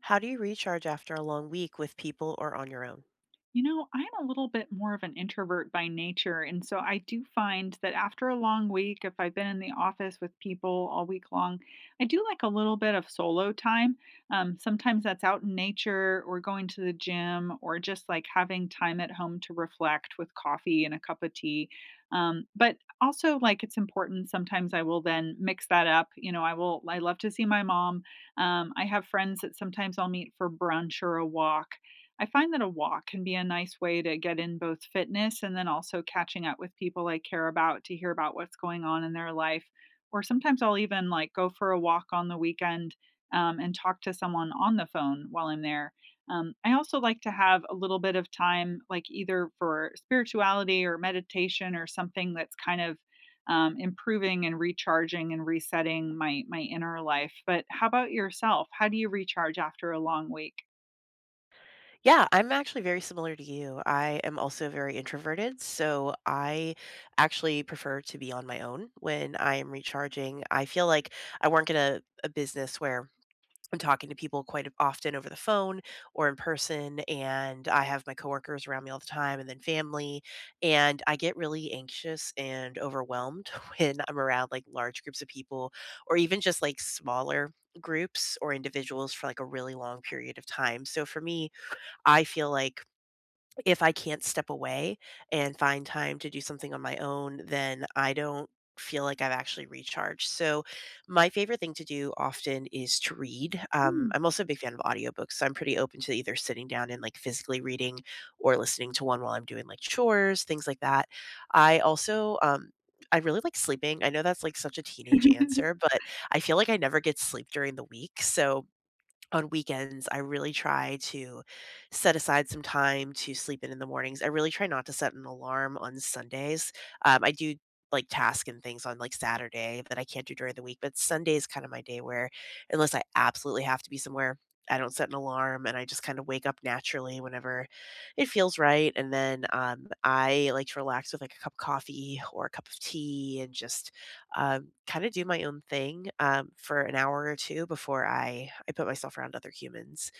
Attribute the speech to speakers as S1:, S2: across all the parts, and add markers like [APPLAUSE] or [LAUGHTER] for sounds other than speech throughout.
S1: How do you recharge after a long week with people or on your own?
S2: You know, I'm a little bit more of an introvert by nature. And so I do find that after a long week, if I've been in the office with people all week long, I do like a little bit of solo time. Sometimes that's out in nature or going to the gym or just like having time at home to reflect with coffee and a cup of tea. But also, like, it's important. Sometimes I will then mix that up. You know, I love to see my mom. I have friends that sometimes I'll meet for brunch or a walk. I find that a walk can be a nice way to get in both fitness and then also catching up with people I care about to hear about what's going on in their life. Or sometimes I'll even like go for a walk on the weekend and talk to someone on the phone while I'm there. I also like to have a little bit of time, like either for spirituality or meditation or something that's kind of improving and recharging and resetting my inner life. But how about yourself? How do you recharge after a long week?
S1: Yeah, I'm actually very similar to you. I am also very introverted, so I actually prefer to be on my own when I am recharging. I feel like I work in a business where I'm talking to people quite often over the phone or in person, and I have my coworkers around me all the time and then family. And I get really anxious and overwhelmed [LAUGHS] when I'm around like large groups of people or even just like smaller groups or individuals for like a really long period of time. So for me, I feel like if I can't step away and find time to do something on my own, then I don't feel like I've actually recharged. So my favorite thing to do often is to read. I'm also a big fan of audiobooks, so I'm pretty open to either sitting down and like physically reading or listening to one while I'm doing like chores, things like that. I also, I really like sleeping. I know that's like such a teenage answer, but I feel like I never get sleep during the week. So on weekends, I really try to set aside some time to sleep in the mornings. I really try not to set an alarm on Sundays. I do like task and things on like Saturday that I can't do during the week, but Sunday is kind of my day where, unless I absolutely have to be somewhere, I don't set an alarm and I just kind of wake up naturally whenever it feels right. And then I like to relax with like a cup of coffee or a cup of tea and just kind of do my own thing for an hour or two before I put myself around other humans.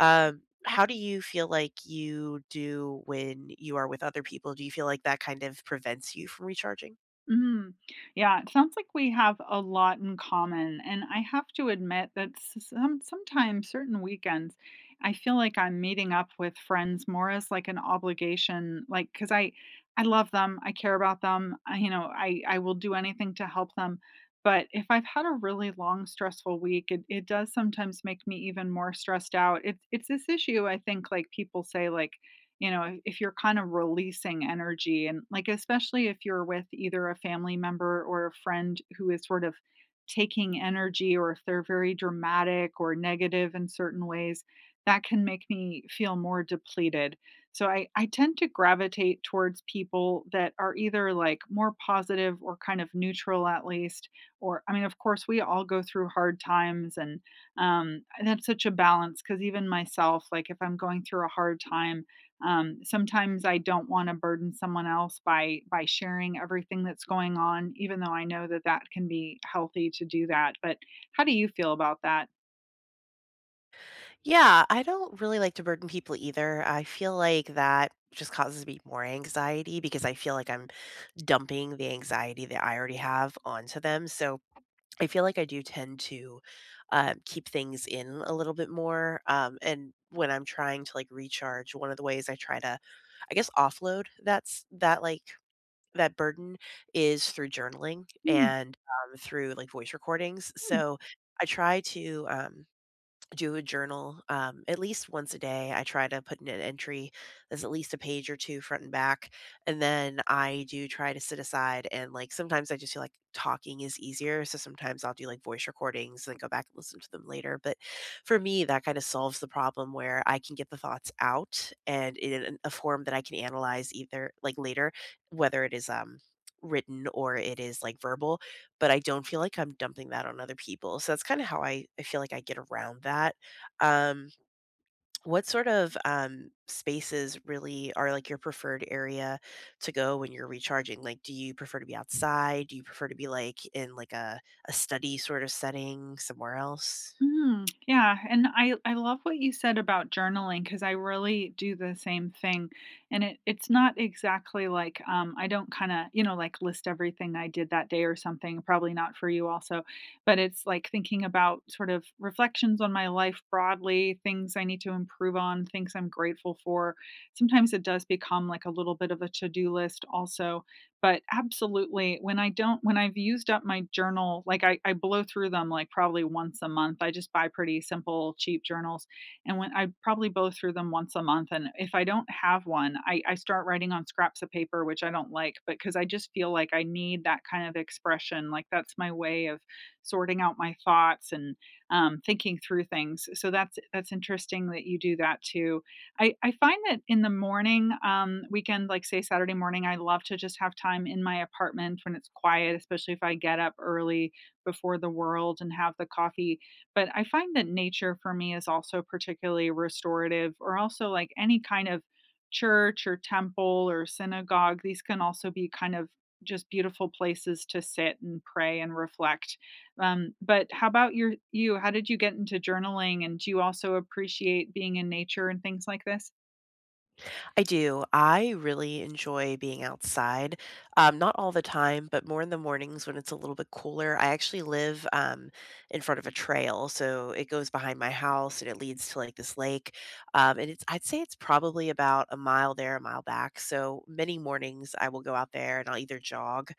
S1: How do you feel like you do when you are with other people? Do you feel like that kind of prevents you from recharging?
S2: Mm. Yeah, it sounds like we have a lot in common. And I have to admit that sometimes certain weekends, I feel like I'm meeting up with friends more as like an obligation, like because I love them, I care about them, I, you know, I will do anything to help them. But if I've had a really long, stressful week, it does sometimes make me even more stressed out. It's this issue, I think, like people say, like, you know, if you're kind of releasing energy and like especially if you're with either a family member or a friend who is sort of taking energy or if they're very dramatic or negative in certain ways, that can make me feel more depleted. So I tend to gravitate towards people that are either like more positive or kind of neutral at least. Or I mean, of course, we all go through hard times and that's such a balance because even myself, like if I'm going through a hard time, sometimes I don't want to burden someone else by sharing everything that's going on, even though I know that that can be healthy to do that. But how do you feel about that?
S1: Yeah, I don't really like to burden people either. I feel like that just causes me more anxiety because I feel like I'm dumping the anxiety that I already have onto them. So I feel like I do tend to keep things in a little bit more. And when I'm trying to like recharge, one of the ways I try to, I guess, offload that's that like that burden is through journaling
S2: Mm.
S1: and through like voice recordings. So I try to. Do a journal at least once a day. I try to put in an entry that's at least a page or two front and back. And then I do try to sit aside and like sometimes I just feel like talking is easier. So sometimes I'll do like voice recordings and then go back and listen to them later. But for me, that kind of solves the problem where I can get the thoughts out and in a form that I can analyze either like later, whether it is written or it is like verbal, but I don't feel like I'm dumping that on other people. So that's kind of how I feel like I get around that. Um, what sort of spaces really are like your preferred area to go when you're recharging? Like, do you prefer to be outside? Do you prefer to be like in like a study sort of setting somewhere else?
S2: Mm, yeah, and I love what you said about journaling because I really do the same thing, and it's not exactly like, I don't kinda, you know, like, list everything I did that day or something, probably not for you also, but it's, like, thinking about sort of reflections on my life broadly, things I need to improve on, things I'm grateful for. Sometimes it does become, like, a little bit of a to-do list also, but absolutely, when I don't when I've used up my journal, like I blow through them like probably once a month. I just buy pretty simple, cheap journals. And when I probably blow through them once a month. And if I don't have one, I start writing on scraps of paper, which I don't like, but because I just feel like I need that kind of expression. Like that's my way of sorting out my thoughts and thinking through things. So that's interesting that you do that too. I find that in the morning, weekend, like say Saturday morning, I love to just have time in my apartment when it's quiet, especially if I get up early before the world and have the coffee. But I find that nature for me is also particularly restorative, or also like any kind of church or temple or synagogue. These can also be kind of just beautiful places to sit and pray and reflect. But how about you? How did you get into journaling, and do you also appreciate being in nature and things like this?
S1: I do. I really enjoy being outside. Not all the time, but more in the mornings when it's a little bit cooler. I actually live in front of a trail, so it goes behind my house and it leads to like this lake. And it's I'd say it's probably about a mile there, a mile back. So many mornings I will go out there and I'll either jog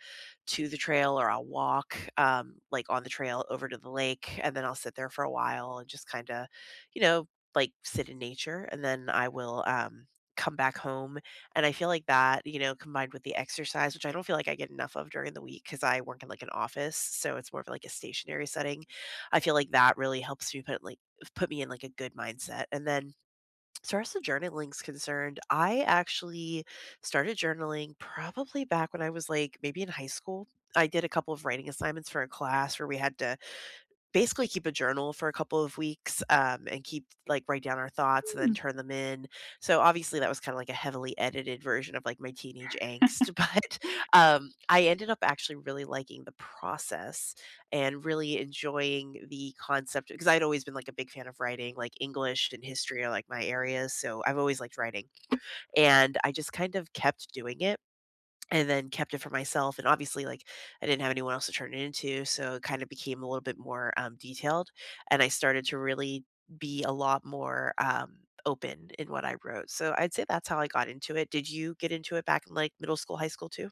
S1: to the trail or I'll walk like on the trail over to the lake, and then I'll sit there for a while and just kind of, you know, like sit in nature and then I will come back home, and I feel like that, you know, combined with the exercise, which I don't feel like I get enough of during the week because I work in, like, an office, so it's more of, like, a stationary setting. I feel like that really helps me put, like, put me in, like, a good mindset, and then as far as the journaling's concerned, I actually started journaling probably back when I was, like, maybe in high school. I did a couple of writing assignments for a class where we had to basically keep a journal for a couple of weeks and keep like write down our thoughts and then
S2: Hmm.
S1: turn them in. So obviously that was kind of like a heavily edited version of like my teenage angst, [LAUGHS]
S2: [LAUGHS]
S1: but I ended up actually really liking the process and really enjoying the concept because I'd always been like a big fan of writing, like English and history are like my areas. So I've always liked writing and I just kind of kept doing it and then kept it for myself. And obviously, like, I didn't have anyone else to turn it into, so it kind of became a little bit more detailed. And I started to really be a lot more open in what I wrote. So I'd say that's how I got into it. Did you get into it back in like middle school, high school too?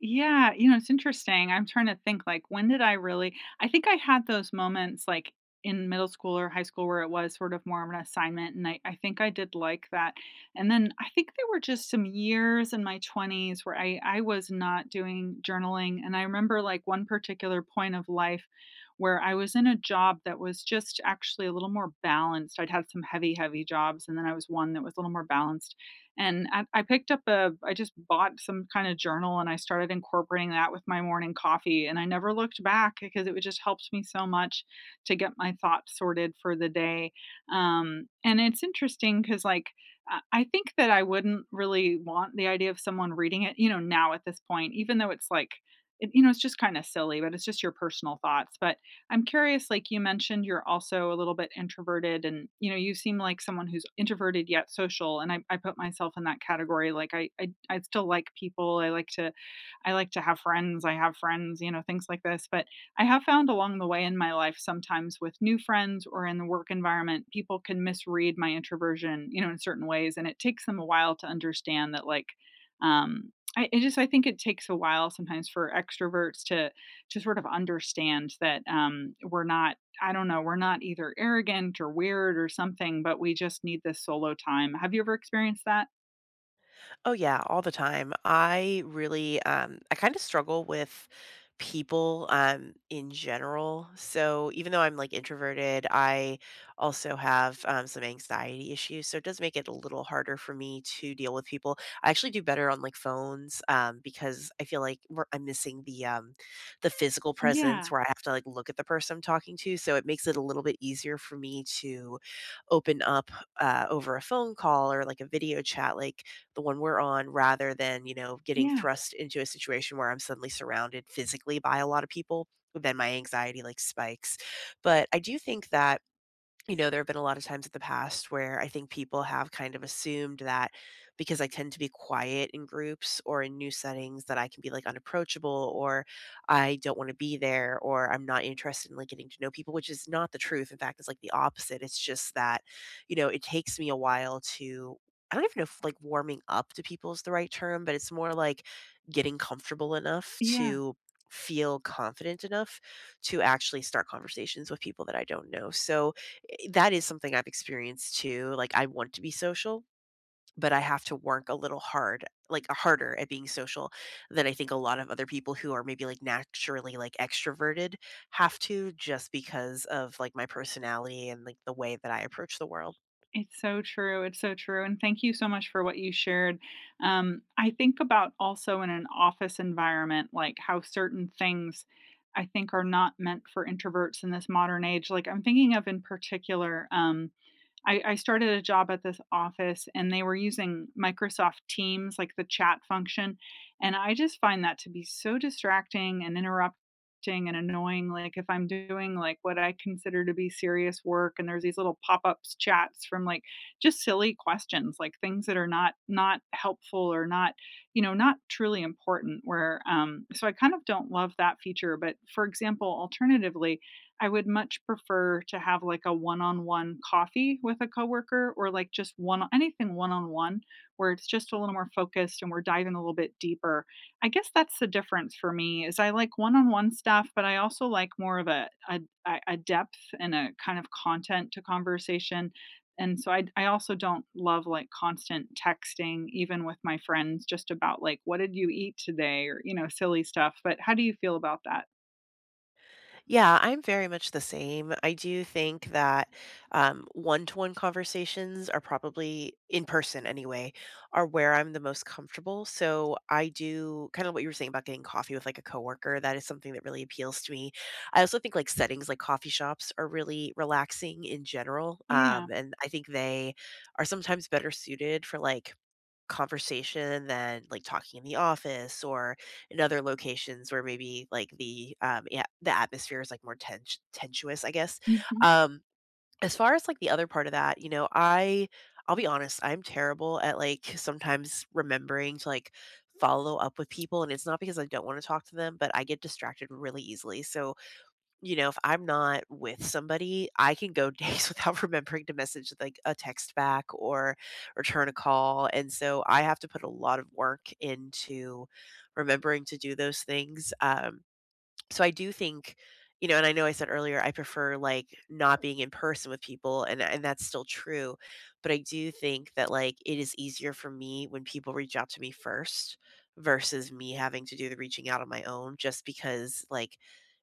S2: Yeah, you know, it's interesting. I'm trying to think, like, when did I really? I think I had those moments like in middle school or high school where it was sort of more of an assignment and I think I did like that. And then I think there were just some years in my 20s where I was not doing journaling. And I remember like one particular point of life where I was in a job that was just actually a little more balanced. I'd had some heavy, heavy jobs and then I was one that was a little more balanced and I picked up a, I just bought some kind of journal and I started incorporating that with my morning coffee. And I never looked back because it would just helped me so much to get my thoughts sorted for the day. And it's interesting because, like, I think that I wouldn't really want the idea of someone reading it, you know, now at this point, even though it's like, it, you know, it's just kind of silly, but it's just your personal thoughts. But I'm curious, like you mentioned, you're also a little bit introverted and, you know, you seem like someone who's introverted yet social. And I put myself in that category. Like I still like people. I like to have friends. I have friends, you know, things like this. But I have found along the way in my life, sometimes with new friends or in the work environment, people can misread my introversion, you know, in certain ways. And it takes them a while to understand that, like, I think it takes a while sometimes for extroverts to sort of understand that, we're not, I don't know, we're not either arrogant or weird or something, but we just need this solo time. Have you ever experienced that?
S1: Oh yeah, all the time. I really I kind of struggle with people in general. So even though I'm like introverted, I also have some anxiety issues. So it does make it a little harder for me to deal with people. I actually do better on like phones because I feel like I'm missing the physical presence
S2: Yeah,
S1: where I have to like look at the person I'm talking to. So it makes it a little bit easier for me to open up over a phone call or like a video chat like the one we're on rather than, you know, getting
S2: yeah,
S1: thrust into a situation where I'm suddenly surrounded physically by a lot of people, then my anxiety like spikes. But I do think that, you know, there have been a lot of times in the past where I think people have kind of assumed that because I tend to be quiet in groups or in new settings that I can be like unapproachable or I don't want to be there or I'm not interested in like getting to know people, which is not the truth. In fact, it's like the opposite. It's just that, you know, it takes me a while to I don't even know if like warming up to people is the right term, but it's more like getting comfortable enough
S2: yeah.
S1: to feel confident enough to actually start conversations with people that I don't know. So that is something I've experienced too. Like I want to be social, but I have to work a little hard, like harder at being social than I think a lot of other people who are maybe like naturally like extroverted have to just because of like my personality and like the way that I approach the world.
S2: It's so true. It's so true. And thank you so much for what you shared. I think about also in an office environment like how certain things I think are not meant for introverts in this modern age, like I'm thinking of in particular. I started a job at this office and they were using Microsoft Teams, like the chat function. And I just find that to be so distracting and interrupting and annoying. Like if I'm doing like what I consider to be serious work and there's these little pop-ups chats from like just silly questions, like things that are not helpful or not, you know, not truly important where so I kind of don't love that feature. But for example, alternatively, I would much prefer to have like a one-on-one coffee with a coworker or like just one anything one-on-one where it's just a little more focused and we're diving a little bit deeper. I guess that's the difference for me is I like one-on-one stuff, but I also like more of a depth and a kind of content to conversation. And so I also don't love like constant texting even with my friends just about like what did you eat today or you know silly stuff. But how do you feel about that?
S1: Yeah, I'm very much the same. I do think that one-to-one conversations are probably in person anyway, are where I'm the most comfortable. So I do kind of what you were saying about getting coffee with like a coworker. That is something that really appeals to me. I also think like settings like coffee shops are really relaxing in general.
S2: Yeah.
S1: And I think they are sometimes better suited for like conversation than like talking in the office or in other locations where maybe like the yeah the atmosphere is like more tensuous, I guess.
S2: Mhm.
S1: um as far as like the other part of that, you know, I'll be honest, I'm terrible at like sometimes remembering to like follow up with people, and it's not because I don't want to talk to them, but I get distracted really easily. So, you know, if I'm not with somebody, I can go days [LAUGHS] without remembering to message like a text back or return a call. And so I have to put a lot of work into remembering to do those things. So I do think, you know, and I know I said earlier, I prefer like not being in person with people, and that's still true. But I do think that like it is easier for me when people reach out to me first versus me having to do the reaching out on my own just because like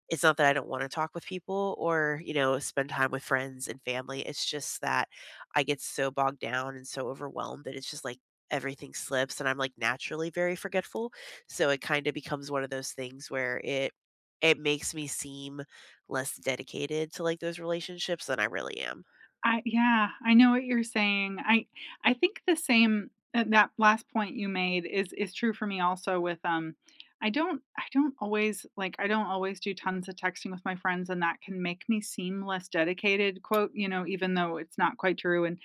S1: it's not that I don't wanna talk with people or, you know, spend time with friends and family, it's just that I get so bogged down and so overwhelmed that it's just, like, everything slips, and I'm, like, naturally very forgetful, so it kinda becomes one of those things where it makes me seem less dedicated to, like, those relationships than I really am.
S2: I Yeah, I know what you're saying. I think the same, that that last point you made is true for me also with I don't always, like, I don't always do tons of texting with my friends, and that can make me seem less dedicated, quote, you know, even though it's not quite true. And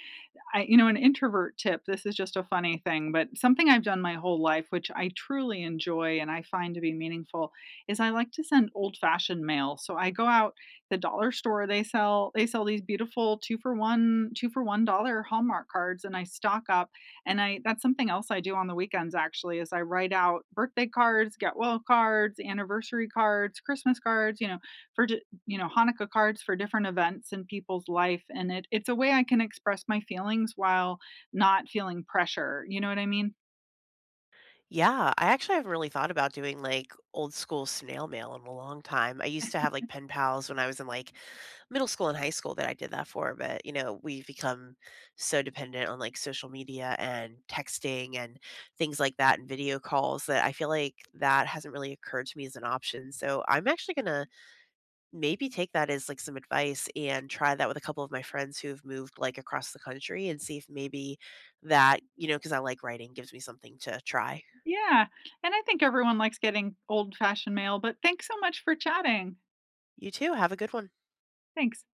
S2: I you know, an introvert tip, this is just a funny thing, but something I've done my whole life, which I truly enjoy and I find to be meaningful, is I like to send old-fashioned mail. So I go out the dollar store, they sell these beautiful 2 for 1 2 for $1 Hallmark cards, and I stock up, and I that's something else I do on the weekends actually, is I write out birthday cards, get well cards, anniversary cards, Christmas cards, you know, for Hanukkah cards for different events in people's life. And it's a way I can express my feelings while not feeling pressure, you know what I mean?
S1: Yeah, I actually have really thought about doing like old school snail mail in a long time. I used to have like pen
S2: [LAUGHS]
S1: pals when I was in like middle school and high school that I did that for, but you know, we've become so dependent on like social media and texting and things like that and video calls that I feel like that hasn't really occurred to me as an option. So I'm actually going to maybe take that as like some advice and try that with a couple of my friends who've moved like across the country and see if maybe that, you know, because I like writing, gives me something to try.
S2: Yeah, and I think everyone likes getting old-fashioned mail, but thanks so much for chatting.
S1: You too. Have a good one.
S2: Thanks.